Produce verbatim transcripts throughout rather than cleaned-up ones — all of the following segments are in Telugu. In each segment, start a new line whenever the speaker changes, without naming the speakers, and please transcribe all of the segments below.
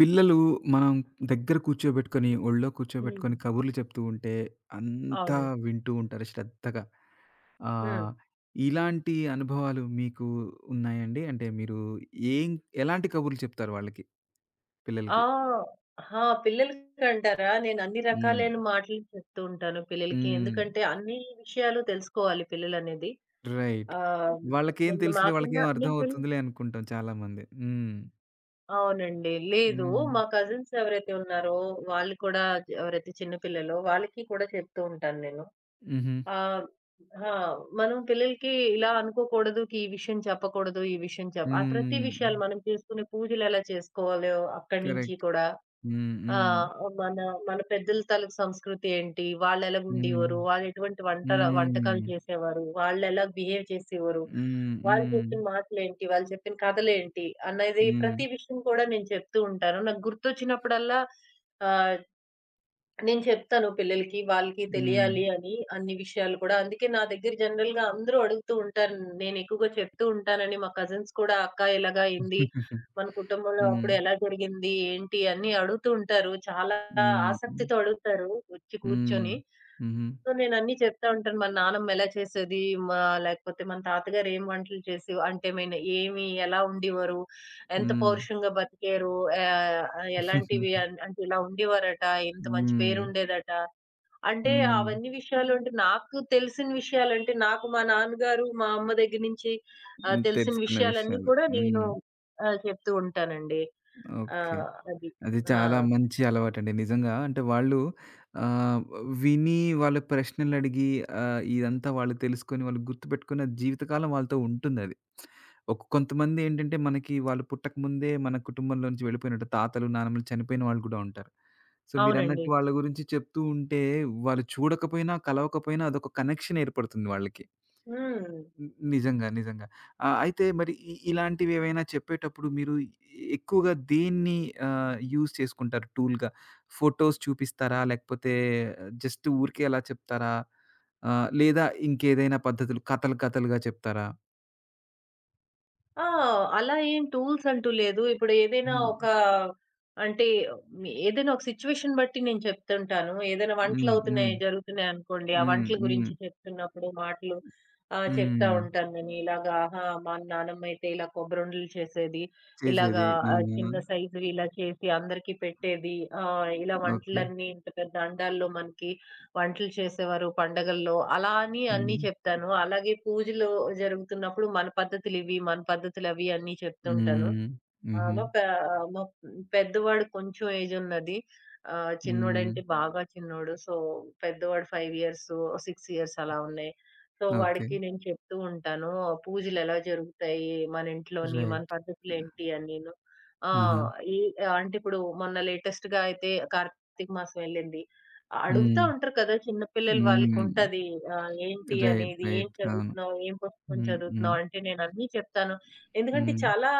పిల్లలు మనం దగ్గర కూర్చోబెట్టుకొని, ఒళ్ళో
హ్మ్.
కూర్చోబెట్టుకొని కబుర్లు చెప్తూ ఉంటే అంతా
అవును.
వింటూ ఉంటారు శ్రద్ధగా.
హ్మ్.
ఆహ్, ఇలాంటి అనుభవాలు మీకు ఉన్నాయండి? అంటే మీరు ఏం ఎలాంటి కబుర్లు చెప్తారు వాళ్ళకి? పిల్లలకి?
ఆ! ఆ! పిల్లలకంటారా? నేను అన్ని
హ్మ్.
రకాలైన మాటలు చెప్తూ ఉంటాను పిల్లలకి.
హ్మ్.
ఎందుకంటే అన్ని విషయాలు తెలుసుకోవాలి పిల్లలనేది.
రైట్.
ఆహ్,
వాళ్ళకేం
మొన్న
తెలుసులే,
మాకున్న
వాళ్ళకేం అర్థం
నేను పిల్
అవుతుందిలే అనుకుంటాం చాలామంది. హ్మ్.
అవునండి. లేదు,
హ్మ్.
మా కజిన్స్ ఎవరైతే ఉన్నారో వాళ్ళు కూడా, ఎవరైతే చిన్న పిల్లలో వాళ్ళకి కూడా చెప్తూ ఉంటాను నేను.
హుహు.
ఆహ్, ఆ! మనం పిల్లలకి ఇలా అనుకోకూడదు కి ఈ విషయం చెప్పకూడదు, ఈ విషయం చెప్ప ఆ! ప్రతి
హ్మ్.
విషయాలు, మనం చేసుకునే పూజలు ఎలా చేసుకోవాలో అక్కడి నుంచి
కరెక్ట్.
కూడా.
హ్మ్.
ఆ!
హ్మ్.
మన మన పెద్దల తాలూకు సంస్కృతి ఏంటి? వాళ్ళెలాగ
హ్మ్.
ఉండేవారు? వాళ్ళు ఎటువంటి వంటల వంటకాలు
హ్మ్.
చేసేవారు? వాళ్ళెలా బిహేవ్ చేసేవారు?
హ్మ్.
వాళ్ళు
హ్మ్.
చెప్పిన మాటలేంటి? వాళ్ళు చెప్పిన కథలేంటి? అనేది
హ్మ్.
ప్రతి విషయం కూడా నేను చెప్తూ ఉంటాను నాకు గుర్తొచ్చినప్పుడల్లా. ఆహ్, నేను చెప్తాను పిల్లలకి. వాళ్ళకి
హ్మ్.
తెలియాలి అని అన్ని విషయాలు కూడా. అందుకే నా దగ్గర జనరల్‌గా అందరూ అడుగుతూ ఉంటారు. నేను ఎక్కువగా చెప్తూ ఉంటానని మా కజిన్స్ కూడా అక్క ఇలాగ అయింది. మన కుటుంబంలో
హ్మ్.
అప్పుడు ఎలా జరిగింది? ఏంటి? అన్నీ అడుగుతూ ఉంటారు. చాలా
హ్మ్. హ్మ్.
ఆసక్తితో అడుగుతారు వచ్చి
హ్మ్.
కూర్చొని.
హుహు.
సో, నేనన్నీ చెప్తా ఉంటాను. మా నానమ్మ ఎలా చేసేది, మా లేకపోతే మన తాతగారు ఏం వంటలు చేసేవ అంటే, మెయిన్ ఏమి ఎలా ఉండేవారు, ఎంత
హ్మ్.
పౌరుషంగా బతికారు, ఆహ్, ఎలాంటివి అన్ అంటే, ఇలా ఉండేవారట, ఇంత మంచి
హ్మ్.
పేరుండేదట. అంటే
హ్మ్.
అవన్నీ విషయాలు అంటే, నాకు తెలిసిన విషయాలంటే, నాకు మా నాన్నగారు, మా అమ్మ దగ్గర నుంచి ఆహ్, తెలిసిన
తెలుసుకున్న
విషయాలన్నీ
విషయాలు.
కూడా నేను
హ్మ్.
ఆహ్, చెప్తూ ఉంటానండి.
ఓకే.
ఆహ్, అది.
అది
ఆ!
చాలా మంచి అలవాటండి. నిజంగా అంటే వాళ్ళు ఆహ్, విని వాళ్ళ ప్రశ్నలడిగి ఆహ్, ఇదంతా వాళ్ళు తెలుసుకొని వాళ్ళు గుర్తుపెట్టుకున్న జీవితకాలం వాళ్ళతో ఉంటుందది. ఒక కొంతమందేంటంటే మనకి వాళ్ళు పుట్టకముందే మన కుటుంబంలో నుంచి వెళ్ళిపోయినట్టు తాతలు, నానమ్మలు చనిపోయిన వాళ్ళు గూడా ఉంటారు. సో,
అవునండి.
మీరన్నట్టు వాళ్ళ గురించి చెప్తూ ఉంటే వాళ్ళు చూడకపోయినా, కలవకపోయినా అదొక కనెక్షన్ ఏర్పడుతుంది వాళ్ళకి.
హ్మ్.
ని నిజంగా. నిజంగా. ఆహ్, అయితే మరి ఇ ఇలాంటివేవైనా చెప్పేటప్పుడు మీరు ఎక్కువగా దేన్ని ఆహ్, యూజ్ చేసుకుంటారు టూల్‌గా? ఫోటోస్ చూపిస్తారా? లేకపోతే జస్ట్ ఊరికే అలా చెప్తారా? ఆహ్, లేదా ఇంకేదైనా పద్ధతులు కథలు కథలుగా చెప్తారా?
ఆ! అలా ఏం టూల్స్ అంటూ లేదు. ఇప్పుడు ఏదైనా
హ్మ్.
ఒక అంటే ఏదైనా ఒక సిట్యుయేషన్ బట్టి నేను చెప్తుంటాను. ఏదైనా
హ్మ్.
వంటలవుతున్నాయి,
హ్మ్.
జరుగుతున్నాయి అనుకోండి. ఆ
హ్మ్.
వంటల
హ్మ్.
గురించి చెప్తున్నప్పుడు మాటలు ఆహ్, చెప్తా
హ్మ్.
ఉంటాను నేను. ఇలాగా ఆహా! మా నానమ్మ అయితే ఇలా కొబ్బరుండలు చేసేది. ఇలాగా
చేసేది.
హ్మ్.
ఆ!
ఆహ్, చిన్న సైజువి ఇలా చేసి అందరికీ పెట్టేది. ఆహ్, ఇలా
ఓకే.
వంటలన్నీ ఇంత పెద్ద అండాల్లో మనకి వంటలు చేసేవారు పండగల్లో. అలా అని అన్నీ
హ్మ్.
చెప్తాను. అలాగే పూజలు జరుగుతున్నప్పుడు మన పద్ధతులివి, మన పద్ధతులవి అన్నీ చెప్తుంటాను.
హ్మ్. హుహు.
ఆమ ప మా పెద్దవాడు కొంచెం ఏజ్ ఉన్నది. ఆహ్,
హ్మ్.
చిన్నోడంటే బాగా చిన్నోడు. సో, పెద్దవాడు ఐదు ఇయర్స్, ఆరు ఇయర్స్ అలా ఉన్నాయి. So,
okay.
వాడికి నేను చెప్తూ ఉంటాను. "ఆ, పూజలు ఎలా జరుగుతాయి మన ఇంట్లోని, మన
రైట్.
పద్ధతులేంటి" అని నేను. ఆ!
ఆహా!
ఈ అంటే ఇప్పుడు మొన్న లేటెస్ట్‌గా అయితే కార్తీక మాసం వెళ్ళింది. ఆ, అడుగుతా
హ్మ్.
ఉంటారు కదా! చిన్న పిల్లలు
హ్మ్.
వాళ్ళకుంటది. ఆహ్, ఏంటి
రైట్.
అనేది, ఏం
రైట్. అవును.
చదువుతున్నావు? ఏం పుస్తకం
హ్మ్. హ్మ్.
చదువుతున్నావు? అంటే నేను అన్నీ చెప్తాను. ఎందుకంటే
హ్మ్.
చాలా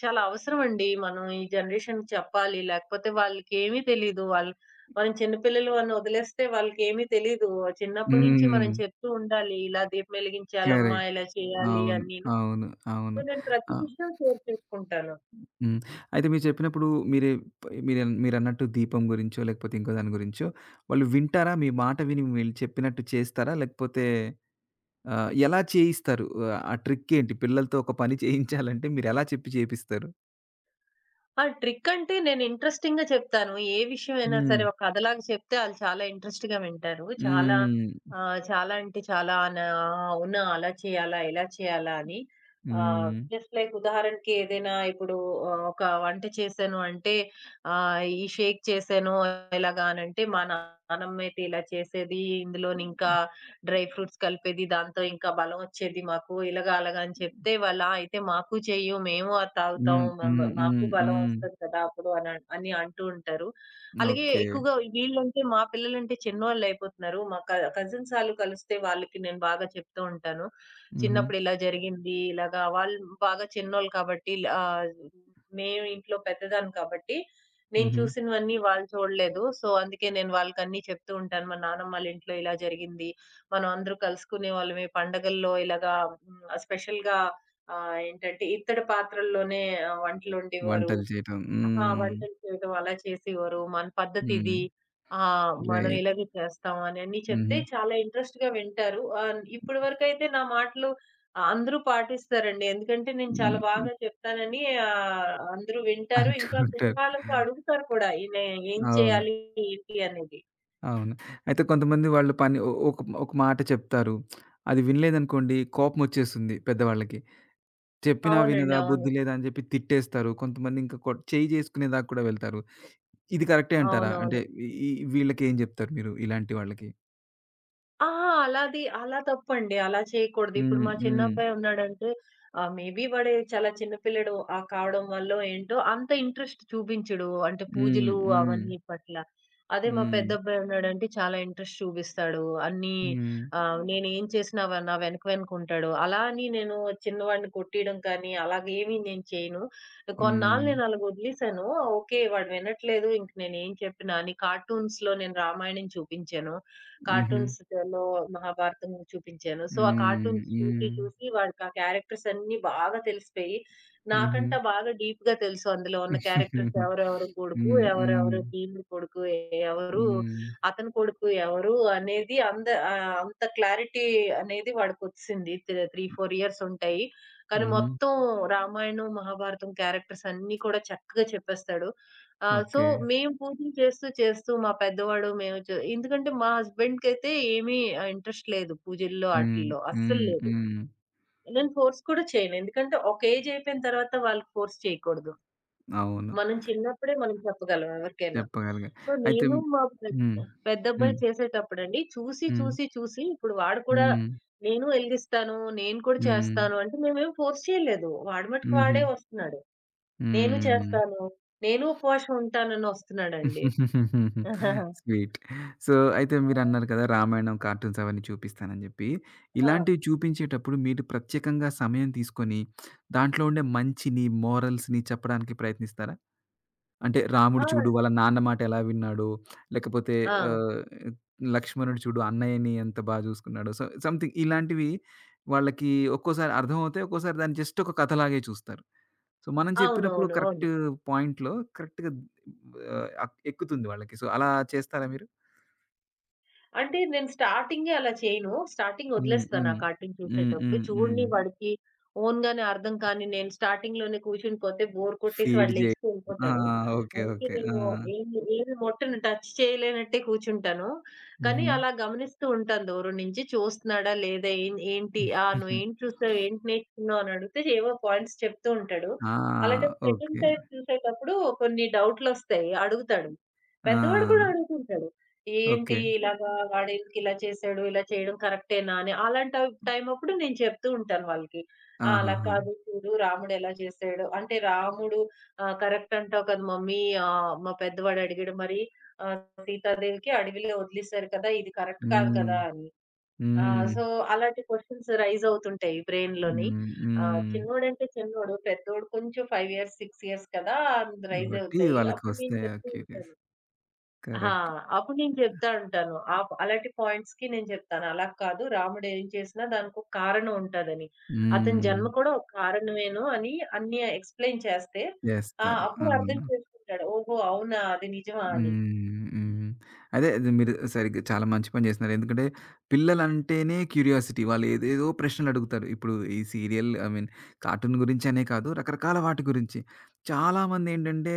చాలా అవసరమండి. మనం ఈ జనరేషన్‌కి చెప్పాలి. లేకపోతే వాళ్ళకేమీ తెలీదు. వాళ్ళు మనం చిన్నపిల్లలు అని వదిలేస్తే వాళ్ళకేమీ తెలీదు. చిన్నప్పటి నుంచి మనం
హ్మ్.
చెప్తూ ఉండాలి. ఇలా దీపం వెలిగించాలమ్మా,
కరెక్ట్.
ఇలా చేయాలి
అవును.
అని నేను.
అవును.
సో,
అవును.
నేను ప్రతి
ఆ!
విషయం షేర్ చేసుకుంటాను.
హ్మ్. అయితే మీరు చెప్పినప్పుడు మీరే ప్ మీర మీరన్నట్టు దీపం గురించో, లేకపోతే ఇంకో దాని గురించో వాళ్ళు వింటారా? మీ మాట విని వీళ్ళు చెప్పినట్టు చేస్తారా? లేకపోతే ఆహ్, ఎలా చేయిస్తారు? ఆహ్, ఆ ట్రిక్ ఏంటి? పిల్లలతో ఒక పని చేయించాలంటే మీరెలా చెప్పి చేపిస్తారు?
ఆ! ట్రికంటే నేను ఇంట్రెస్టింగ్‌గా చెప్తాను. ఏ విషయమైనా
హ్మ్.
సరే ఒక కథలాగా చెప్తే ఆళ్ళు చాలా ఇంట్రెస్ట్‌గా వింటారు. చాలా
హ్మ్.
ఆహ్, చాలా అంటే చాలా నా అవునా! అలా చేయాలా? ఇలా చేయాలా? అని. ఆహ్,
హ్మ్.
జస్ట్ లైక్ ఉదాహరణకి ఏదైనా ఇప్పుడు ఆహ్, ఒక వంట చేశాను అంటే, ఆహ్, ఈ షేక్ చేశాను ఎలాగా అనంటే, మా నానమ్మ అయితే ఇలా చేసేది. ఇందులోనింకా డ్రై ఫ్రూట్స్ కలిపేది, దాంతో ఇంకా బలం వచ్చేది మాకు. ఇలాగ అలాగా అని చెప్తే వాళ్ళు, "ఆ! అయితే మాకు చెయ్యు. మేము అది తాగుతాం.
హ్మ్.
మమ్
హ్మ్.
మాకు
హ్మ్.
బలం
హ్మ్.
వస్తది కదా! అప్పుడు" అని అన్- అని అంటూ ఉంటారు. అలాగే
ఓకే.
ఎక్కువగా వీళ్ళంటే మా పిల్లలంటే చిన్నోళ్ళయిపోతున్నారు. మా క కజిన్స్ ఆళ్ళు కలిస్తే వాళ్ళకి నేను బాగా చెప్తూ ఉంటాను.
హుహు.
చిన్నప్పుడు ఇలా జరిగింది, ఇలాగా. వాళ్ళు బాగా చిన్నోళ్ళు కాబట్టి, ఆహ్, మేము ఇంట్లో పెద్దదాన్ని కాబట్టి, నేను
హుహు.
చూసినవన్నీ వాళ్ళు చూడలేదు. సో, అందుకే నేను వాళ్ళకన్నీ చెప్తూ ఉంటాను. మా నానమ్మ వాళ్ళ ఇంట్లో ఇలా జరిగింది. మనం అందరూ కలుసుకునే వాళ్ళమే పండగల్లో. ఇలాగా హ్మ్. ఆహ్, స్పెషల్‌గా ఆహ్, ఏంటంటే ఇత్తడి పాత్రల్లోనే ఆహ్, వంటలొండేవారు.
వంటలు చేయటం.
ఆహా!
హ్మ్.
వంటలు చేయడం అలా చేసేవారు. మన
హ్మ్.
పద్ధతిది. ఆ! మనం
రైట్.
ఇలాగే చేస్తాం అనన్నీ చెప్తే
హుహు.
చాలా ఇంట్రెస్ట్‌గా వింటారు. ఆహ్, ఇప్పటి వరకైతే నా మాటలు ఆహ్, అందరూ పాటిస్తారండి. ఎందుకంటే నేను
హ్మ్.
చాలా
హ్మ్.
బాగా చెప్తానని ఆహ్, అందరూ వింటారు.
అంటూ
ఇంకా
ఉంటారు.
కుతూహలంగా అడుగుతారు కూడా. ఈమె ఏం
అవును.
చేయాలి ఏంటి అనేది.
అవును. అయితే కొంతమంది వాళ్ళు పని ఒ ఒక ఒక మాట చెప్తారు. అది వినలేదనుకోండి కోపమొచ్చేస్తుంది పెద్దవాళ్ళకి. చెప్పినా
అవునండి.
వినదా,
అవును.
బుద్ధి లేదా అని చెప్పి తిట్టేస్తారు. కొంతమంది ఇంకా కొ చెయ్యి చేసుకునేదాకా కూడా వెళ్తారు. ఇది కరెక్టే అంటారా? అంటే
అవునవును.
ఈ ఈ వీళ్ళకేం జెప్తారు మీరు ఇలాంటి వాళ్ళకి?
ఆ! అలాది అలా తప్పండి. అలా చేయకూడదు. ఇప్పుడు
హ్మ్.
మా
హ్మ్.
చిన్నబ్బాయి ఉన్నాడంటే ఆహ్, మేబీ వాడు చాలా చిన్న పిల్లాడు ఆహ్, కావడం వల్లో ఏంటో అంత ఇంట్రెస్ట్ చూపించడు. అంటే
హ్మ్.
పూజలు
హ్మ్.
అవన్నీ పట్ల. అదే మా
హ్మ్.
పెద్దబ్బాయి ఉన్నాడంటే చాలా ఇంట్రెస్ట్ చూపిస్తాడు అన్నీ.
హ్మ్.
ఆహ్, నేనేం చేసినా వ నా వెనక వెనక ఉంటాడు. అలా అని నేను చిన్నవాడిని కొట్టేయడం కానీ అలాగేమీ నేను చేయను.
హ్మ్.
కొన్నాళ్ళు నేను అలాగ వదిలేసాను. ఓకే. వాడు వినట్లేదు ఇంక నేనేం చెప్పినా అని, కార్టూన్స్‌లో నేను రామాయణం చూపించాను.
హుహు.
కార్టూన్స్‌లో 'మహాభారతం' చూపించాను. సో, ఆ
హ్మ్.
కార్టూన్స్ చూసి
హ్మ్.
చూసి వాడికా క్యారెక్టర్స్ అన్నీ బాగా తెలిసిపోయి,
హుహు.
నాకంటా బాగా డీప్‌గా తెలుసు అందులో ఉన్న క్యారెక్టర్స్, ఎవరెవరు కొడుకు,
హ్మ్. హ్మ్.
ఎవరెవరు భీముడి కొడుకు, ఎవరు
హ్మ్.
అతని కొడుకు ఎవరు అనేది, అంద ఆహ్, అంత క్లారిటీ అనేది వాడికొచ్చేసింది. త్రీ మూడు, నాలుగు ఇయర్స్ ఉంటాయి. కానీ
హుహు.
మొత్తం రామాయణం, మహాభారతం క్యారెక్టర్స్ అన్నీ కూడా చక్కగా చెప్పేస్తాడు. ఆ! So,
okay.
మేము పూజలు చేస్తూ చేస్తూ మా పెద్దవాడు మేము చే ఎందుకంటే మా హస్బెండ్‌కైతే ఏమీ ఆహ్, ఇంట్రెస్ట్ లేదు పూజల్లో
హ్మ్.
ఆటిల్లో అస్సలు
హ్మ్.
లేదు.
హ్మ్.
నేను ఫోర్స్ కూడా చేయను. ఎందుకంటే ఒక ఏజ్ అయిపోయిన తర్వాత వాళ్ళకి ఫోర్స్ చేయకూడదు.
అవును.
మనం చిన్నప్పుడే మనం చెప్పగలం ఎవరికైనా.
చెప్పగలిగా.
సో,
అయితే
నేను మా పెద్
హ్మ్.
పెద్దబ్బాయి
హ్మ్.
చేసేటప్పుడండి చూసి
హ్మ్.
చూసి చూసి ఇప్పుడు వాడు కూడా
హ్మ్.
నేను ఎలిగిస్తాను, నేను కూడా
హ్మ్.
చేస్తాను అంటే, మేమేం ఫోర్స్ చేయలేదు. వాడి మట్టుకు
హుహు.
వాడే వస్తున్నాడు. నేను
హ్మ్.
చేస్తాను, నేను ఉపవాసం ఉంటానని వస్తున్నాడండి. ఆహాహా!
స్వీట్. సో, అయితే మీరన్నారు కదా! రామాయణం, కార్టూన్స్ అవన్నీ చూపిస్తానని జెప్పి. ఇలాంటివి
ఆ!
చూపించేటప్పుడు మీరు ప్రత్యేకంగా సమయం తీసుకొని దాంట్లో ఉండే మంచిని, మోరల్స్‌ని చెప్పడానికి ప్రయత్నిస్తారా? అంటే
ఆ!
రాముడు చూడు వాళ్ళ నాన్న మాట ఎలా విన్నాడో, లేకపోతే
ఆ!
ఆహ్, లక్ష్మణుడు చూడు అన్నయ్యని ఎంత బా జూసుకున్నాడో. సో, సంథింగ్ ఇలాంటివి వాళ్ళకి ఒక్కోసారి అర్థమవుతాయి. ఒక్కోసారి దాన్ని జస్ట్ ఒక కథలాగే చూస్తారు. సో, మనం చెప్పినప్పుడు
అవునవును. అవును. అవును.
కరెక్ట్ పాయింట్‌లో కరెక్ట్‌గా ఆహ్, అక్ ఎక్కుతుంది వాళ్ళకి. సో, అలా చేస్తారా మీరు?
అంటే నేను స్టార్టింగే అలా చేయను. స్టార్టింగ్
హ్మ్.
ఒదిలేస్తాను ఆ
హ్మ్.
కార్టూన్
హ్మ్.
చూసేటప్పుడు.
హ్మ్. హ్మ్.
చూడని వాడికి ఓన్‌గానే అర్థం. కానీ నేను స్టార్టింగ్‌లోనే కూర్చుని పోతే బోర్ కొట్టేసి
ఫీడ్
వాడు
జే.
లెగిసి
ఆ!
వెళ్ళిపోతాడు.
ఓకే.
అందుకే
ఓకే. ఆ!
నేను ఏమి ఏమి ముట్టను. టచ్ చేయలేనట్టే కూర్చుంటాను. కానీ
హుహు.
అలా గమనిస్తూ ఉంటాను దూరం నుంచి. చూస్తున్నాడా లేదా? ఏం ఏంటి? ఆ! నువ్వేంటి చూసావు? ఏంటి నేర్చుకున్నావు? అని అడిగితే ఏవో పాయింట్స్ చెప్తూ ఉంటాడు.
ఆ!
అలాంటప్పుడు సెకండ్
ఓకే.
టైమ్ చూసేటప్పుడు కొన్ని డౌట్‌లొస్తాయి. అడుగుతాడు. పెద్దవాడు
ఆ!
కూడా అడుగుతుంటాడు. ఏంటి
ఓకే.
ఇలాగా, వాడెందుకు ఇలా చేసాడు? ఇలా చేయడం కరెక్టేనా? అని. అలాంటి టైం టైమప్పుడు నేను చెప్తూ ఉంటాను వాళ్ళకి. ఆ! అలా
ఆహాహా!
కాదు చూడు రాముడు ఎలా చేసాడు. అంటే రాముడు ఆహ్, కరెక్ట్ అంటావు కదా మమ్మీ. ఆహ్, మా పెద్దవాడు అడిగాడు మరి, ఆహ్, సీతాదేవికి అడవిలో వదిలేసారు కదా! ఇది కరెక్ట్ కాదు
హ్మ్.
కదా! అని. ఆ!
హ్మ్.
సో, అలాంటి క్వెషన్స్ రైజ్ అవుతుంటాయి బ్రెయిన్‌లోని.
హ్మ్.
ఆహ్, చిన్నోడంటే
హ్మ్.
చిన్నోడు. అంటే చిన్నోడు, పెద్దోడు కొంచెం ఐదు ఇయర్స్, ఆరు ఇయర్స్ కదా! రైజ్
కాబట్టి
అవుతాయి. అప్పుడు నేను
వాళ్ళకొస్తాయి ఆ
చెప్తూ
క్యూరీస్.
ఉంటాను. ఆ!
కరెక్ట్.
అప్పుడు నేను చెప్తా ఉంటాను. ఆప్ అలాంటి పాయింట్స్‌కి నేను చెప్తాను. అలా కాదు, రాముడు ఏం చేసినా దానికొక కారణం ఉంటదని. అతని
హ్మ్.
జన్మ కూడా ఒక కారణమేను అని అన్నీ ఎక్స్‌ప్లెయిన్ చేస్తే, ఆ!
చేస్తారు.
అప్పుడు అర్థం
అవును.
చేసుకుంటాడు. ఓహో! అవునా! అది నిజమా అని.
హ్మ్. హ్మ్. అదే అది మీరు సరిగ్గా చాలా మంచి పని చేస్తున్నారు. ఎందుకంటే పిల్లలంటేనే క్యూరియాసిటీ. వాళ్ళు ఏదేదో ప్రశ్నలు అడుగుతారు. ఇప్పుడు ఈ సీరియల్, ఐ మీన్, కార్టూన్ గురించనే కాదు రకరకాల వాటి గురించి. చాలామందేంటంటే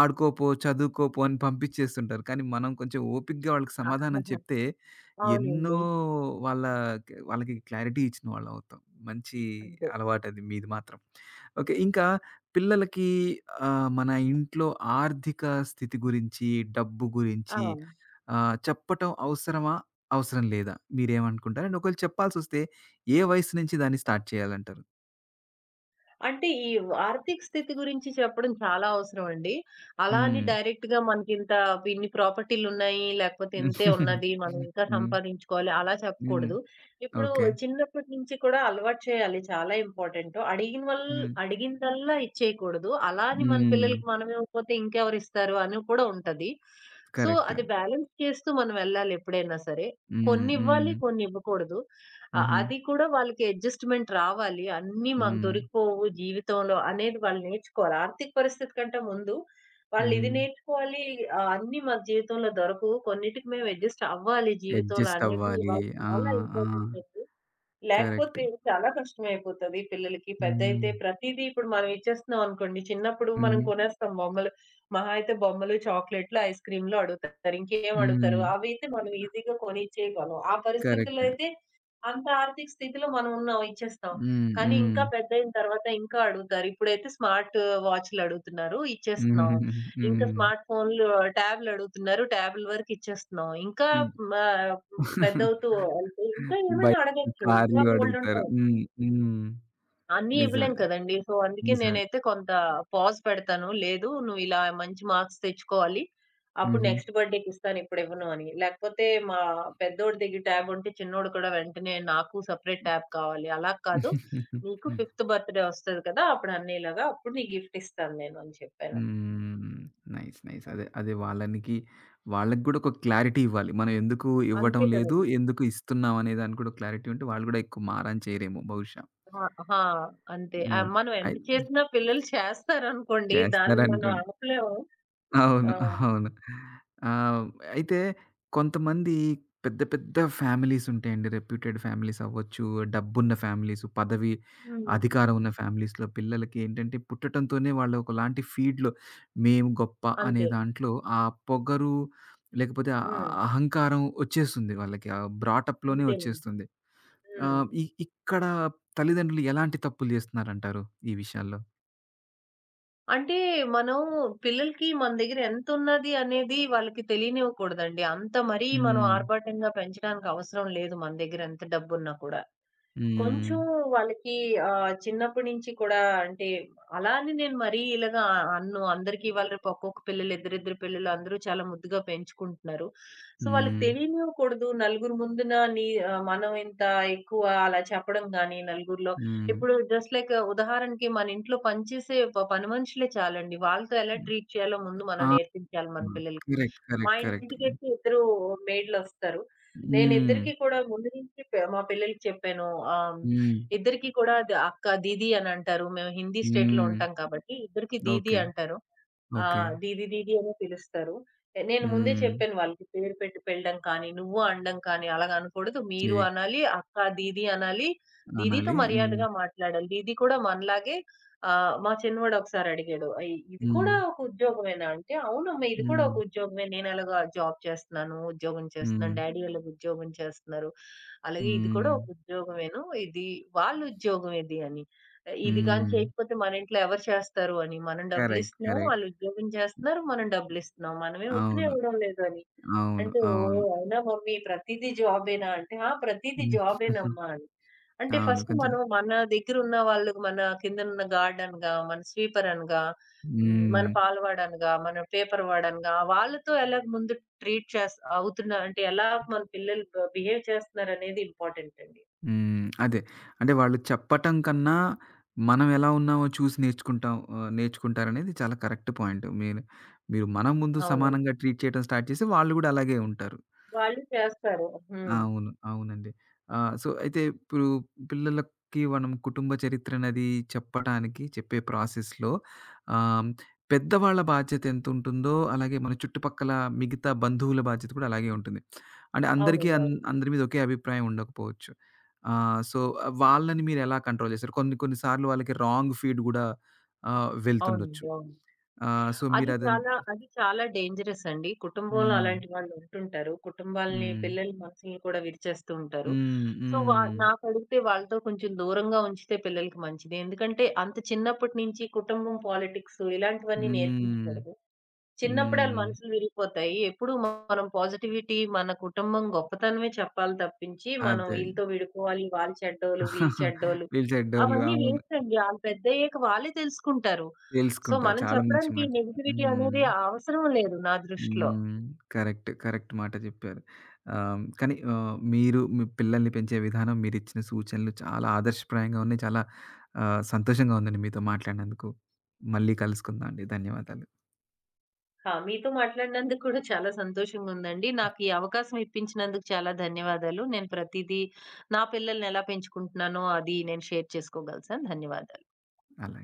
ఆడుకోపో, చదువుకోపో అని పంపించేస్తుంటారు. కానీ మనం కొంచెం ఓపికగా వాళ్ళకి
ఆ!
సమాధానం చెప్తే ఎన్నో
అవునండి.
వాళ్ళకి వాళ్ళకి క్లారిటీ ఇచ్చిన వాళ్ళవుతాం. మంచి
అంతే.
అలవాటది మీది మాత్రం. ఓకే. ఇంకా పిల్లలకి ఆహ్, మన ఇంట్లో ఆర్థిక స్థితి గురించి, డబ్బు
ఆ!
గురించి ఆహ్, చెప్పటం అవసరమా? అవసరం లేదా? మీరేమనుకుంటారు? అండ్ ఒకవేళ చెప్పాల్సొస్తే ఏ వయసు నుంచి దాన్ని స్టార్ట్ చేయాలంటారు?
అంటే ఈ ఆర్థిక స్థితి గురించి చెప్పడం చాలా అవసరం అండి. అలా అని
హ్మ్.
డైరెక్ట్‌గా, మనకింత ఇన్ని ప్రాపర్టీలున్నాయి, లేకపోతే ఇంతే ఉన్నది, మనం ఇంకా
హ్మ్.
సంపాదించుకోవాలి అలా
హ్మ్.
చెప్పకూడదు. ఇప్పుడు
ఓకే.
చిన్నప్పటి నుంచి కూడా అలవాటు చేయాలి, చాలా ఇంపార్టెంటు. అడిగిన వల్
హ్మ్.
అడిగిందల్లా ఇచ్చేయకూడదు. అలా అని మన
హ్మ్.
పిల్లలకి మనం ఇవ్వకపోతే ఇంకెవరిస్తారు అని కూడా ఉంటది. So,
correct.
అది బ్యాలెన్స్ చేస్తూ మనం వెళ్ళాలి ఎప్పుడైనా సరే.
హ్మ్.
కొన్నివ్వాలి,
హ్మ్.
కొన్నివ్వకూడదు. ఆ!
హుహు.
అది కూడా వాళ్ళకి అడ్జస్ట్‌మెంట్ రావాలి. అన్నీ మాకు
హ్మ్.
దొరికిపోవు జీవితంలో అనేది వాళ్ళు నేర్చుకోవాలి. ఆర్థిక పరిస్థితి కంటే ముందు వాళ్ళు ఇది
హ్మ్.
నేర్చుకోవాలి. ఆహ్, అన్నీ మాకు జీవితంలో దొరకవు, కొన్నిటికి మేము అడ్జస్ట్ అవ్వాలి జీవితంలో
అడ్జస్ట్
అనేది
అవ్వాలి.
వాళ్ళు
ఆ!
చాలా
ఆ!
ఇంపార్టెంట్ అండి.
కరెక్ట్.
లేకపోతే చాలా కష్టమైపోతది పిల్లలకి.
హ్మ్.
పెద్దయితే ప్రతీదీ. ఇప్పుడు మనం ఇచ్చేస్తున్నాం అనుకోండి, చిన్నప్పుడు మనం
హ్మ్.
కొనేస్తాం బొమ్మలు. మహా అయితే బొమ్మలు, చాక్లెట్లు, ఐస్ క్రీమ్‌లు అడుగుతారు. ఇంకేం
హ్మ్.
అడుగుతారు? అవైతే మనం ఈజీగా కొనిచ్చేయగలం ఆ పరిస్థితుల్లో
కరెక్ట్.
అయితే. అంత ఆర్థిక స్థితిలో మనం ఉన్నాం ఇచ్చేస్తాం.
హ్మ్.
కానీ
హ్మ్.
ఇంకా పెద్దయిన తర్వాత ఇంకా అడుగుతారు. ఇప్పుడైతే స్మార్ట్ వాచ్‌లు అడుగుతున్నారు, ఇచ్చేస్తున్నాం.
హుహుహుహు.
ఇంకా
హ్మ్.
స్మార్ట్ ఫోన్లు, ట్యాబ్‌లు అడుగుతున్నారు. ట్యాబ్‌ల వరకు ఇచ్చేస్తున్నాం. ఇంకా
హ్మ్.
మా పెద్దవుతూ అంటే ఇంకా ఏమైనా
బైక్లు,
అడగొచ్చు. ఇంకా
కార్లు అడుగుతారు.
బోలెడుంటాయి.
హ్మ్. హ్మ్.
అన్నీ
నిజమే.
ఇవ్వలేం కదండీ! సో, అందుకే
నిజమే.
నేనైతే కొంత పాజ్ పెడతాను. లేదు, నువ్వు ఇలా మంచి మార్క్స్ తెచ్చుకోవాలి, అప్పుడు
హుహు.
నెక్స్ట్ బర్త్‌డేకి ఇస్తాను, ఇప్పుడు ఇవ్వను అని. లేకపోతే మా పెద్దోడి దగ్గర ట్యాబ్ ఉంటే చిన్నోడు కూడా వెంటనే నాకు సెపరేట్ ట్యాబ్ కావాలి. అలా కాదు. నీకు ఫిఫ్త్ బర్త్‌డే వస్తది కదా! అప్పుడు అన్నయ్యలాగా అప్పుడు నీకు గిఫ్ట్ ఇస్తాను నేను అని చెప్పాను.
హ్మ్. నైస్. నైస్. అదే. అదే వాళ్ళనికి వాళ్ళకి గూడా ఒక క్లారిటీ ఇవ్వాలి. మనం ఎందుకు ఇవ్వటం
అంతే
లేదు,
కదండీ!
ఎందుకు ఇస్తున్నాం అనే దానికి కూడా క్లారిటీ ఉంటే వాళ్ళు గూడా ఎక్కువ మారం చేయరేమో బహుశా.
ఆ! ఆ! అంతే. ఆహ్,
అవును.
మనం ఎంత
అయి
చేసినా పిల్లలు చేస్తారనుకోండి. దాన్ని మనం
చేస్తారనుకుం
ఆపలేము.
అవును.
ఆ!
అవును. ఆహ్, అయితే కొంతమంది పెద్ద పెద్ద ఫ్యామిలీస్ ఉంటాయండి. రెప్యూటెడ్ ఫ్యామిలీస్ అవ్వచ్చు, డబ్బున్న ఫ్యామిలీస్, పదవి,
హ్మ్.
అధికారం ఉన్న ఫ్యామిలీస్‌లో పిల్లలకి ఏంటంటే పుట్టటంతోనే వాళ్ళు ఒకలాంటి ఫీడ్‌లో మేము గొప్ప అనే
అంతే.
దాంట్లో ఆ పొగరు లేకపోతే ఆ ఆ
హ్మ్.
అహంకారం వచ్చేస్తుంది వాళ్ళకి. ఆ బ్రాటప్‌లోనే
అంతేనండి.
వచ్చేస్తుంది.
హ్మ్.
ఆహ్, ఇ ఇక్కడ తల్లిదండ్రులు ఎలాంటి తప్పులు చేస్తున్నారంటారు ఈ విషయాల్లో?
అంటే మనం పిల్లలకి మన దగ్గర ఎంతున్నది అనేది వాళ్ళకి తెలియనివ్వకూడదండి. అంత మరీ మనం
హ్మ్.
ఆర్భాటంగా పెంచడానికి అవసరం లేదు మన దగ్గర ఎంత డబ్బున్నా కూడా.
హ్మ్.
కొంచెం వాళ్ళకి ఆహ్, చిన్నప్పటి నుంచి కూడా అంటే అలా అని నేను మరీ ఇలాగా అనను. అందరికీ ఇవాళ రేపు ఒక్కొక్క పిల్లలు, ఇద్దరిద్దరు పిల్లలు అందరూ చాలా ముద్దుగా పెంచుకుంటున్నారు. సో, వాళ్ళకి
హ్మ్.
తెలియనివ్వకూడదు. నలుగురు ముందున నీ ఆహ్, మనం ఇంత ఎక్కువ అలా చెప్పడం గాని నలుగురిలో.
హ్మ్.
ఇప్పుడు జస్ట్ లైక్ ఉదాహరణకి మన ఇంట్లో పనిచేసే ప పని మనుషులే చాలండి. వాళ్ళతో ఎలా ట్రీట్ చేయాలో ముందు మనం
ఆ!
నేర్పించాలి మన పిల్లలకి.
కరెక్ట్.
మా
కరెక్ట్. కరెక్ట్.
ఇంటికైతే ఇద్దరు మెయిడ్‌లొస్తారు.
హ్మ్.
నేనిద్దరికీ కూడా ముందు నుంచి పె మా పిల్లలకి చెప్పాను. ఆహ్,
హ్మ్.
ఇద్దరికీ కూడా ద అక్క, దీదీ అనంటారు. మేము హిందీ స్టేట్‌లో
హ్మ్.
ఉంటాం కాబట్టి ఇద్దరికీ దీదీ
ఓకే.
అంటారు. ఆ!
ఓకే.
దీది దీది అనే పిలుస్తారు. నేను ముందే
హ్మ్.
చెప్పాను వాళ్ళకి, పేరు పెట్టి పిలడం కానీ, నువ్వు అనడం కానీ అలాగ అనకూడదు. మీరు
షేక్
అనాలి, అక్క, దీది అనాలి. దీదీతో
అనాలి. హ్మ్.
మర్యాదగా మాట్లాడాలి. దీది కూడా మనలాగే. ఆహ్, మా చిన్నవాడు ఒకసారి అడిగాడు, "అయ్ ఇది
హ్మ్.
కూడా ఒక ఉద్యోగమేనా?" అంటే, "అవునమ్మా! ఇది కూడా
హ్మ్.
ఒక ఉద్యోగమే. నేను ఎలాగా జాబ్ చేస్తున్నాను, ఉద్యోగం చేస్తున్నాను.
హ్మ్.
డాడీ ఎలాగ ఉద్యోగం చేస్తున్నారు. అలాగే ఇది కూడా
హ్మ్.
ఒక ఉద్యోగమేను. ఇది వాళ్ళ ఉద్యోగం ఇది" అని. ఇది గాని
హ్మ్.
చేయకపోతే మన ఇంట్లో ఎవరు చేస్తారు అని. మనం
కరెక్ట్.
డబ్బులిస్తున్నాం,
కరెక్ట్.
వాళ్ళు ఉద్యోగం చేస్తున్నారు, మనం డబ్బులిస్తున్నాం. మనమేం ఉత్తినే
అవును.
ఇవ్వడం లేదు అని.
అవును.
అంటే, "ఓహ్!
అవును.
అవునా మమ్మీ ప్రతీదీ జాబేనా?" అంటే, "ఆ! ప్రతీదీ
హ్మ్.
జాబేనమ్మా" అని. అంటే
అవును.
ఫస్ట్
కొంచెం
మనం మన దగ్గరున్న వాళ్ళకి, మన కిందనున్న గార్డ్ అనగా, మన స్వీపర్ అనగా, హ్మ్, మన
హ్మ్.
పాలవాడనగా, మన పేపర్ వాడనగా, వాళ్ళతో ఎలాగ ముందు ట్రీట్ చేస్ అవుతున్నా అంటే, ఎలా మన పిల్లలు బ బిహేవ్ చేస్తున్నారనేది ఇంపార్టెంట్ అండి.
హ్మ్. అదే. అంటే వాళ్ళు చెప్పటం కన్నా, మనం ఎలా ఉన్నామో చూసి నేర్చుకుంటాం ఆహ్, నేర్చుకుంటారనేది చాలా కరెక్ట్ పాయింట్. మీరు, మీరు మనం ముందు
హ్మ్. అవునండి.
సమానంగా ట్రీట్ చేయడం స్టార్ట్ చేస్తే, వాళ్ళు గూడా అలాగే ఉంటారు.
వాళ్ళు చేస్తారు. హ్మ్.
అవును. అవునండి. ఆహ్, సో, అయితే ఇప్పుడు పిల్లలకి మనం కుటుంబ చరిత్రనది చెప్పటానికి, చెప్పే ప్రాసెస్‌లో ఆహ్, పెద్దవాళ్ళ బాధ్యత ఎంతుంటుందో, అలాగే మన చుట్టుపక్కల మిగతా బంధువుల బాధ్యత కూడా అలాగే ఉంటుంది. అంటే అందరికీ
అవునండి.
అన్
అవును.
అందరి మీద ఒకే అభిప్రాయం ఉండకపోవచ్చు. ఆహ్, సో, వాళ్ళని మీరెలా కంట్రోల్ చేశారు? కొన్ని కొన్ని సార్లు వాళ్ళకి రాంగ్ ఫీడ్ గూడా ఆహ్, వెళ్తుండొచ్చు.
అవునండి. అవును.
ఆహ్, సో,
అది
మీరది
చాలా అది చాలా డేంజరస్ అండి. కుటుంబంలో
హ్మ్.
అలాంటి వాళ్ళు ఉంటుంటారు. కుటుంబాల్ని,
హ్మ్.
పిల్లల మనసుల్ని కూడా విరిచేస్తూ ఉంటారు.
హ్మ్.
సో, వా
హ్మ్.
నాకడిగితే వాళ్ళతో కొంచెం దూరంగా ఉంచితే పిల్లలకి మంచిది. ఎందుకంటే అంత చిన్నప్పటి నుంచి కుటుంబం పాలిటిక్స్ ఇలాంటివన్నీ
హ్మ్.
నేర్పించకూడదు. చిన్నప్పుడే ఆళ్ళ
హ్మ్.
మనసులు విరిగిపోతాయి. ఎప్పుడు మనం పాజిటివిటీ, మన కుటుంబం గొప్పతనమే చెప్పాలి, తప్పించి, మనం
అదే.
వీళ్ళతో విడిపోవాలి, వాళ్ళు చెడ్డోళ్ళు, వీళ్ళు చెడ్డోళ్ళు
వీళ్ళు చెడ్డోళ్ళు.
అవన్నీ
అవును.
వేస్ట్ అండి. ఆళ్ళు పెద్దయ్యాక వాళ్ళే తెలుసుకుంటారు. సో,
తెలుసుకుంటారు.
మనం
చాలా మంచి
చెప్పడానికి
మాట.
నెగటివిటీ
హ్మ్.
అనేది అవసరం లేదు నా దృష్టిలో.
హ్మ్. కరెక్ట్. కరెక్ట్ మాట చెప్పారు. ఆహ్, కానీ ఆహ్, మీరు మీ పిల్లల్ని పెంచే విధానం, మీరిచ్చిన సూచనలు చాలా ఆదర్శప్రాయంగా ఉన్నాయి. చాలా ఆహ్, సంతోషంగా ఉందండి మీతో మాట్లాడినందుకు. మళ్ళీ కలుసుకుందాం అండి. ధన్యవాదాలు.
ఆ! మీతో మాట్లాడినందుకు కూడా చాలా సంతోషంగా ఉందండి. నాకు ఈ అవకాశం ఇప్పించినందుకు చాలా ధన్యవాదాలు. నేను ప్రతీదీ, నా పిల్లల్ని ఎలా పెంచుకుంటున్నానో అది నేను షేర్ చేసుకోగలిసాను. ధన్యవాదాలు.
అలాగే.